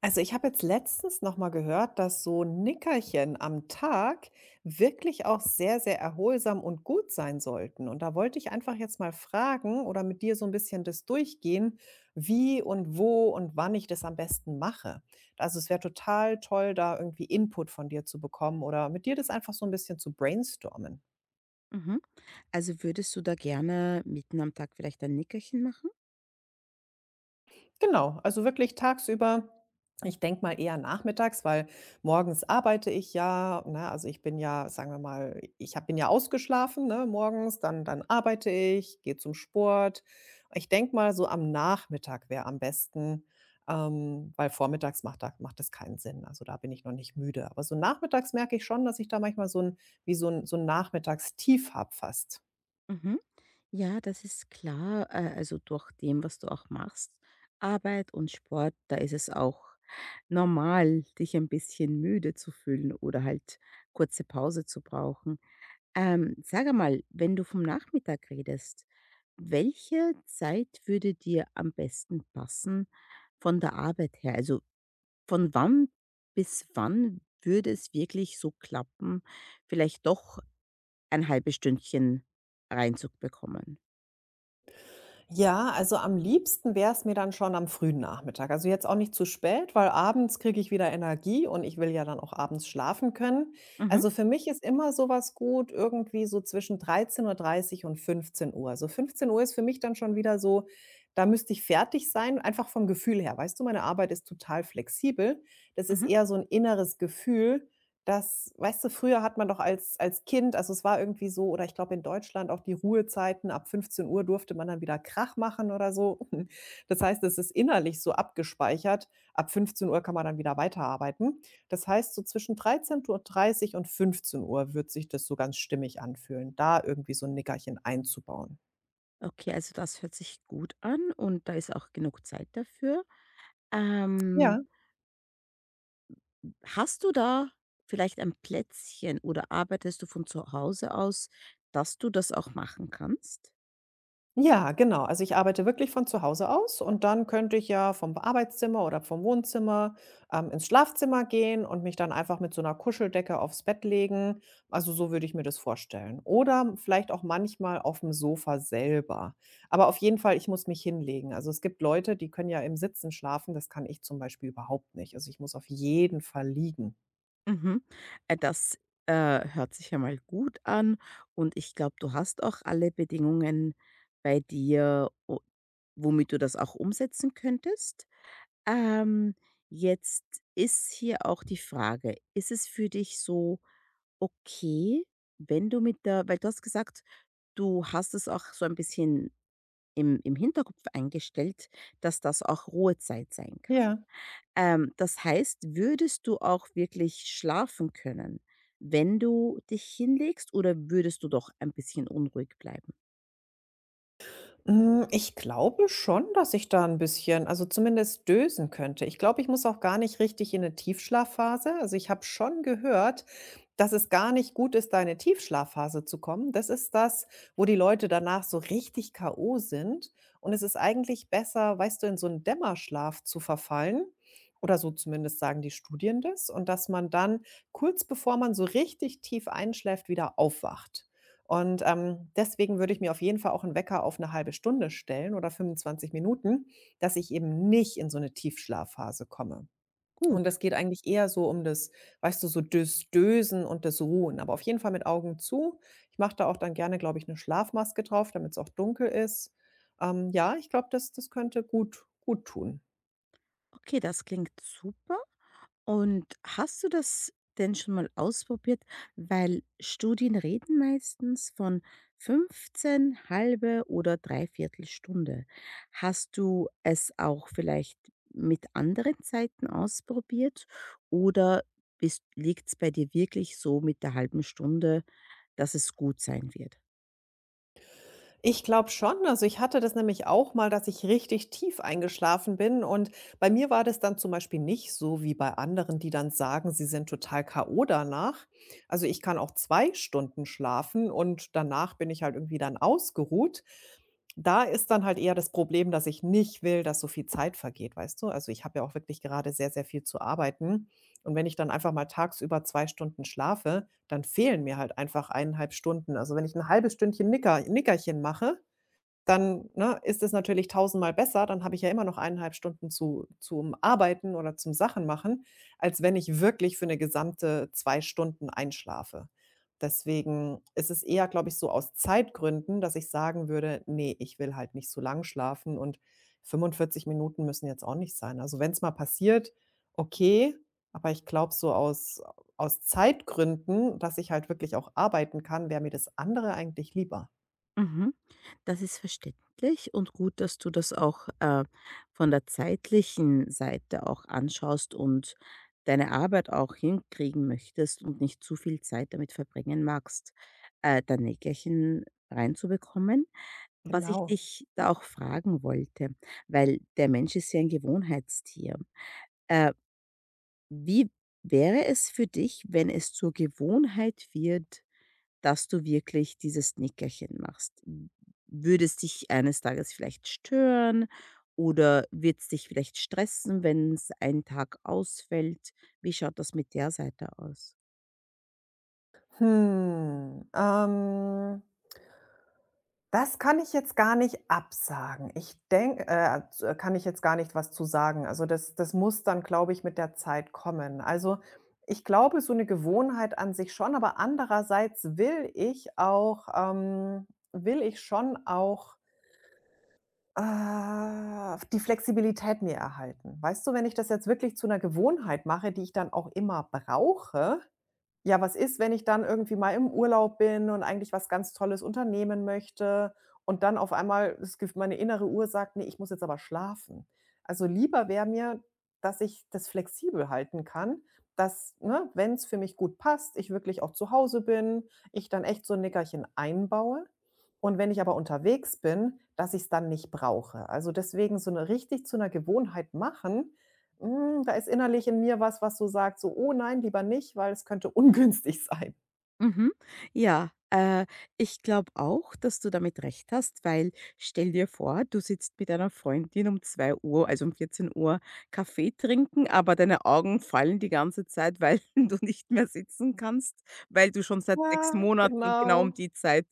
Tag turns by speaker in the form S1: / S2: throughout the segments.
S1: Also, ich habe jetzt letztens noch mal gehört, dass so 'n Nickerchen am Tag wirklich auch sehr, sehr erholsam und gut sein sollten. Und da wollte ich einfach jetzt mal fragen oder mit dir so ein bisschen das durchgehen, wie und wo und wann ich das am besten mache. Also, es wäre total toll, da irgendwie Input von dir zu bekommen oder mit dir das einfach so ein bisschen zu brainstormen.
S2: Mhm. Also, würdest du da gerne mitten am Tag vielleicht ein Nickerchen machen?
S1: Genau, also wirklich tagsüber. Ich denke mal eher nachmittags, weil morgens arbeite ich ja, ne? Also, ich bin ja, sagen wir mal ich habe bin ja ausgeschlafen, ne, morgens, dann arbeite ich, gehe zum Sport. Ich denke mal, so am Nachmittag wäre am besten, weil vormittags macht das keinen Sinn. Also, da bin ich noch nicht müde. Aber so nachmittags merke ich schon, dass ich da manchmal so ein wie so ein so 'n Nachmittagstief habe fast.
S2: Mhm. Ja, das ist klar. Also, durch dem, was du auch machst, Arbeit und Sport, da ist es auch normal, dich ein bisschen müde zu fühlen oder halt kurze Pause zu brauchen. Sage mal, wenn du vom Nachmittag redest, welche Zeit würde dir am besten passen von der Arbeit her? Also von wann bis wann würde es wirklich so klappen, vielleicht doch ein halbes Stündchen reinzubekommen?
S1: Ja, also am liebsten wäre es mir dann schon am frühen Nachmittag. Also jetzt auch nicht zu spät, weil abends kriege ich wieder Energie und ich will ja dann auch abends schlafen können.
S2: Mhm,
S1: Also für mich ist immer sowas gut, irgendwie so zwischen 13:30 und 15 Uhr. Also 15 ist für mich dann schon wieder so, da müsste ich fertig sein, einfach vom Gefühl her. Weißt du, meine Arbeit ist total flexibel. Das ist
S2: mhm.
S1: eher so ein inneres Gefühl, das weißt du, früher hat man doch als Kind also, es war irgendwie so oder ich glaube in Deutschland auch die Ruhezeiten, ab 15 Uhr durfte man dann wieder Krach machen oder so. Das heißt, es ist innerlich so abgespeichert, ab 15 Uhr kann man dann wieder weiterarbeiten. Das heißt, so zwischen 13:30 und 15 Uhr wird sich das so ganz stimmig anfühlen, da irgendwie so ein Nickerchen einzubauen.
S2: Okay, also das hört sich gut an und da ist auch genug Zeit dafür.
S1: Ja.
S2: Ähm, hast du da vielleicht ein Plätzchen oder arbeitest du von zu Hause aus, dass du das auch machen kannst?
S1: Ja, genau. Also ich arbeite wirklich von zu Hause aus und dann könnte ich ja vom Arbeitszimmer oder vom Wohnzimmer ins Schlafzimmer gehen und mich dann einfach mit so einer Kuscheldecke aufs Bett legen. Also so würde ich mir das vorstellen. Oder vielleicht auch manchmal auf dem Sofa selber. Aber auf jeden Fall, ich muss mich hinlegen. Also es gibt Leute, die können ja im Sitzen schlafen. Das kann ich zum Beispiel überhaupt nicht. Also ich muss auf jeden Fall liegen.
S2: Mhm. Das, äh, hört sich ja mal gut an und ich glaube, du hast auch alle Bedingungen bei dir, o womit du das auch umsetzen könntest. Ähm, jetzt ist hier auch die Frage: ist es für dich so okay, wenn du mit der, weil du hast gesagt, du hast es auch so ein bisschen im Hinterkopf eingestellt, dass das auch Ruhezeit sein,
S1: Ja.
S2: das heißt, würdest du auch wirklich schlafen können, wenn du dich hinlegst, oder würdest du doch ein bisschen unruhig bleiben?
S1: Ich glaube schon, dass ich da ein bisschen also, zumindest dösen könnte. Ich glaube, ich muss auch gar nicht richtig in eine Tiefschlafphase. Also, ich habe schon gehört, dass es gar nicht gut ist, da in eine Tiefschlafphase zu kommen. Das ist das, wo die Leute danach so richtig K.O. sind und es ist eigentlich besser, weißt du, in so einen Dämmerschlaf zu verfallen oder so zumindest sagen die Studien das und dass man dann kurz bevor man so richtig tief einschläft, wieder aufwacht. Und, deswegen würde ich mir auf jeden Fall auch einen Wecker auf eine halbe Stunde stellen oder 25 Minuten, dass ich eben nicht in so eine Tiefschlafphase komme.
S2: Gut,
S1: Und es geht eigentlich eher so um das, weißt du, so das Dösen und das Ruhen, aber auf jeden Fall mit Augen zu. Ich mache da auch dann gerne, glaube ich, eine Schlafmaske drauf, damit es auch dunkel ist. Ja, ich glaube, das könnte gut tun.
S2: okay, das klingt super. Und hast du das denn schon mal ausprobiert? Weil Studien reden meistens von 15, halbe oder dreiviertel Stunde. Hast du es auch vielleicht mit anderen Zeiten ausprobiert oder liegt es bei dir wirklich so mit der halben Stunde, dass es gut sein wird?
S1: Ich glaube schon. Also, ich hatte das nämlich auch mal, dass ich richtig tief eingeschlafen bin und bei mir war das dann zum Beispiel nicht so wie bei anderen, die dann sagen, sie sind total K.O. danach. Also, ich kann auch 2 Stunden schlafen und danach bin ich halt irgendwie dann ausgeruht. Da ist dann halt eher das Problem, dass ich nicht will, dass so viel Zeit vergeht, weißt du? Also, ich habe ja auch wirklich gerade sehr, sehr viel zu arbeiten und wenn ich dann einfach mal tagsüber 2 Stunden schlafe, dann fehlen mir halt einfach 1,5 Stunden. Also, wenn ich ein halbes Stündchen Nickerchen mache, dann, ne, ist es natürlich tausendmal besser. Dann habe ich ja immer noch 1,5 Stunden zu zum Arbeiten oder zum Sachen-machen, als wenn ich wirklich für eine gesamte 2 Stunden einschlafe. Deswegen ist es eher, glaube ich, so aus Zeitgründen, dass ich sagen würde: nee, ich will halt nicht so lang schlafen und 45 Minuten müssen jetzt auch nicht sein." Also, wenn es mal passiert, okay, aber ich glaube, so aus Zeitgründen, dass ich halt wirklich auch arbeiten kann, wäre mir das andere eigentlich lieber.
S2: Mhm. Das ist verständlich, und gut, dass du das auch von der zeitlichen Seite auch anschaust und deine Arbeit auch hinkriegen möchtest und nicht zu viel Zeit damit verbringen magst, dein Nickerchen reinzubekommen. Was ich
S1: Genau.
S2: dich da auch fragen wollte, weil der Mensch ist ja ein Gewohnheitstier. Äh, wie wäre es für dich, wenn es zur Gewohnheit wird, dass du wirklich dieses Nickerchen machst? Würde es dich eines Tages vielleicht stören oder wird es dich vielleicht stressen, wenn es einen Tag ausfällt? Wie schaut das mit der Seite aus?
S1: Hm, ähm, das kann ich jetzt gar nicht absagen. Ich denke z kann ich jetzt gar nicht was zu sagen. Also, das muss dann, glaube ich, mit der Zeit kommen. Also, ich glaube, so eine Gewohnheit an sich schon, aber andererseits will ich schon auch, die Flexibilität mir erhalten. Weißt du, wenn ich das jetzt wirklich zu einer Gewohnheit mache, die ich dann auch immer brauche ja, was ist, wenn ich dann irgendwie mal im Urlaub bin und eigentlich was ganz Tolles unternehmen möchte und dann auf einmal das Gef meine innere Uhr sagt: nee, ich muss jetzt aber schlafen." Also, lieber wäre mir, dass ich das flexibel halten kann, dass, ne, wenn es für mich gut passt, ich wirklich auch zu Hause bin, ich dann echt so ein Nickerchen einbaue. Und wenn ich aber unterwegs bin, dass ich es dann nicht brauche. Also, deswegen so eine richtig zu einer Gewohnheit machen, da ist innerlich in mir was, was so sagt, so: „Oh nein, lieber nicht, weil es könnte ungünstig sein."
S2: Mhm. Ja, ich glaube auch, dass du damit recht hast, weil stell dir vor, du sitzt mit deiner Freundin um 2 Uhr, also um 14 Uhr Kaffee trinken, aber deine Augen fallen die ganze Zeit, weil du nicht mehr sitzen kannst, weil du schon seit 6
S1: Ja.
S2: Monaten genau um
S1: Genau.
S2: die Zeit,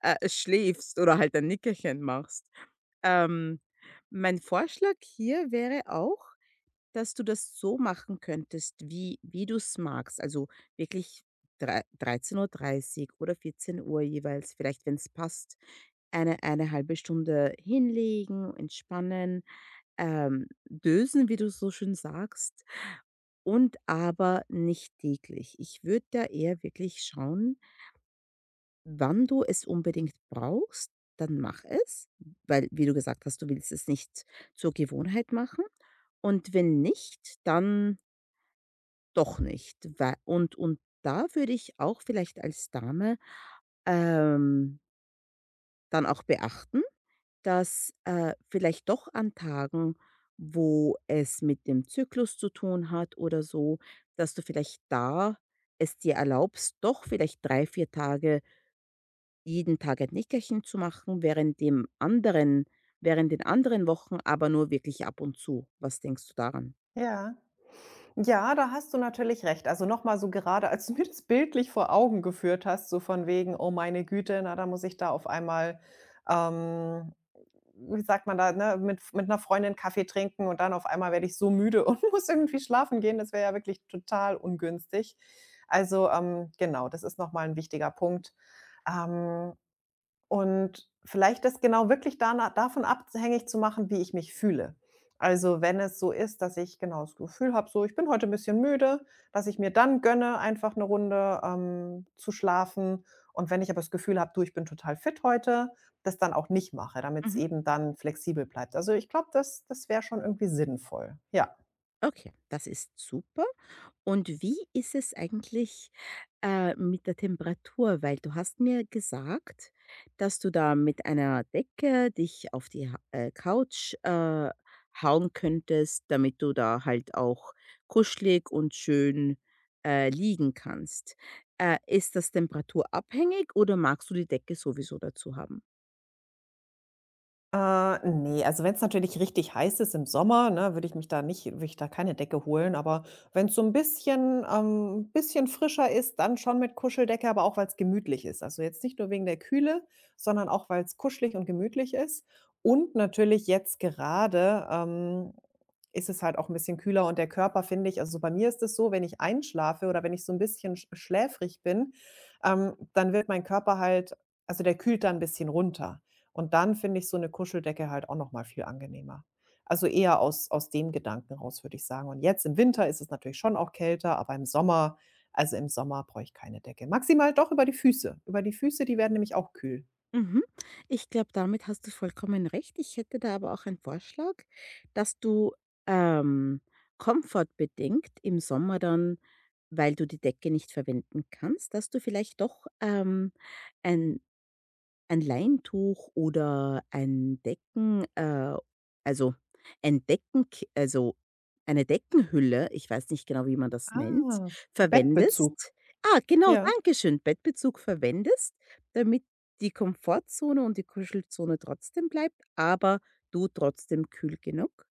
S2: schläfst oder halt ein Nickerchen machst. Ähm, mein Vorschlag hier wäre auch, dass du das so machen könntest, wie du es magst. Also wirklich, 13:30 Uhr oder 14 Uhr jeweils, vielleicht, wenn es passt, eine halbe Stunde hinlegen, entspannen, dösen, wie du so schön sagst, und aber nicht täglich. Ich würde da eher wirklich schauen, wann du es unbedingt brauchst. Dann mach es, weil, wie du gesagt hast, du willst es nicht zur Gewohnheit machen. Und wenn nicht, dann doch nicht. Wei Und da würde ich auch vielleicht als Dame, ähm, dann auch beachten, dass, vielleicht doch an Tagen, wo es mit dem Zyklus zu tun hat oder so, dass du vielleicht da es dir erlaubst, doch vielleicht 3-4 Tage jeden Tag ein Nickerchen zu machen, während den anderen Wochen aber nur wirklich ab und zu. Was denkst du daran?
S1: Ja. Ja, da hast du natürlich recht. Also, noch mal so gerade, als du mir das bildlich vor Augen geführt hast, so von wegen: „Oh meine Güte, na, da muss ich da auf einmal, ähm, wie sagt man da, ne, mit einer Freundin Kaffee trinken und dann auf einmal werde ich so müde und muss irgendwie schlafen gehen." Das wäre ja wirklich total ungünstig. Also, genau, das ist noch mal 'n wichtiger Punkt. Ähm, Und vielleicht das genau wirklich dana davon abhängig zu machen, wie ich mich fühle. Also, wenn es so ist, dass ich genau das Gefühl habe, so: „Ich bin heute ein bisschen müde", dass ich mir dann gönne, einfach eine Runde, zu schlafen. Und wenn ich aber das Gefühl habe: „Du, ich bin total fit heute", das dann auch nicht mache, damit es
S2: Mhm.
S1: eben dann flexibel bleibt. Also, ich glaube, das wäre schon irgendwie sinnvoll, ja.
S2: Okay, das ist super. Und wie ist es eigentlich, mit der Temperatur? Weil du hast mir gesagt, dass du da mit einer Decke dich auf die Ha Couch, hauen könntest, damit du da halt auch kuschelig und schön, liegen kannst. Ist das temperaturabhängig oder magst du die Decke sowieso dazu haben?
S1: Ne, also wenn es natürlich richtig heiß ist im Sommer, ne, würde ich da keine Decke holen, aber wenn es so ein bisschen bisschen frischer ist, dann schon mit Kuscheldecke, aber auch weil es gemütlich ist. Also jetzt nicht nur wegen der Kühle, sondern auch, weil es kuschelig und gemütlich ist. Und natürlich jetzt gerade, ist es halt auch ein bisschen kühler und der Körper, finde ich also so bei mir ist es so, wenn ich einschlafe oder wenn ich so ein bisschen schläfrig bin, dann wird mein Körper halt also der kühlt dann ein bisschen runter. Und dann finde ich so 'ne Kuscheldecke halt auch noch mal viel angenehmer. Also, eher aus dem Gedanken raus, würde ich sagen. Und jetzt im Winter ist es natürlich schon auch kälter, aber im Sommer also, im Sommer brauche ich keine Decke. Maximal doch über die Füße. Über die Füße, die werden nämlich auch kühl.
S2: Mhm. Ich glaube, damit hast du vollkommen recht. Ich hätte da aber auch einen Vorschlag, dass du ähm, komfortbedingt im Sommer dann, weil du die Decke nicht verwenden kannst, dass du vielleicht doch ein ein Leintuch oder ein Decken also ein Decken, also eine Deckenhülle, ich weiß nicht genau, wie man das nennt,
S1: Ah, Bettbezug.
S2: verwendest, ah, genau,
S1: Ja.
S2: danke schön, Bettbezug verwendest, damit die Komfortzone und die Kuschelzone trotzdem bleibt, aber du trotzdem kühl genug?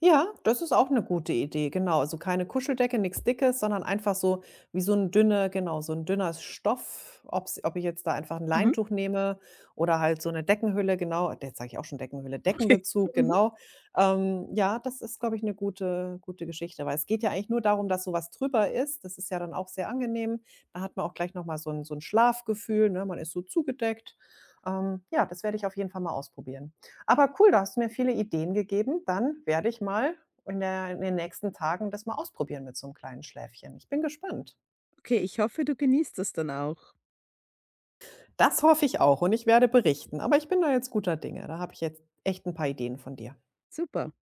S1: Ja, das ist auch eine gute Idee, genau. Also, keine Kuscheldecke, nichts Dickes, sondern einfach so wie so ein dünne genau, so ein dünner Stoff, ob ich jetzt da einfach ein
S2: Mhm,
S1: Leintuch nehme oder halt so eine Deckenhülle, genau. Jetzt sage ich auch schon Deckenhülle,
S2: okay.
S1: Deckenbezug,
S2: Mhm,
S1: genau. Ja, das ist, glaube ich, eine gute Geschichte, weil es geht ja eigentlich nur darum, dass so was drüber ist. Das ist ja dann auch sehr angenehm. Da hat man auch gleich noch mal so ein Schlafgefühl, ne? Man ist so zugedeckt. Ja, das werde ich auf jeden Fall mal ausprobieren. Aber cool, da hast du mir viele Ideen gegeben. Dann werde ich mal in den nächsten Tagen das mal ausprobieren mit so einem kleinen Schläfchen. Ich bin gespannt.
S2: okay, ich hoffe, du genießt das dann auch.
S1: Das hoffe ich auch und ich werde berichten, aber ich bin da jetzt guter Dinge. Da habe ich jetzt echt ein paar Ideen von dir.
S2: Super.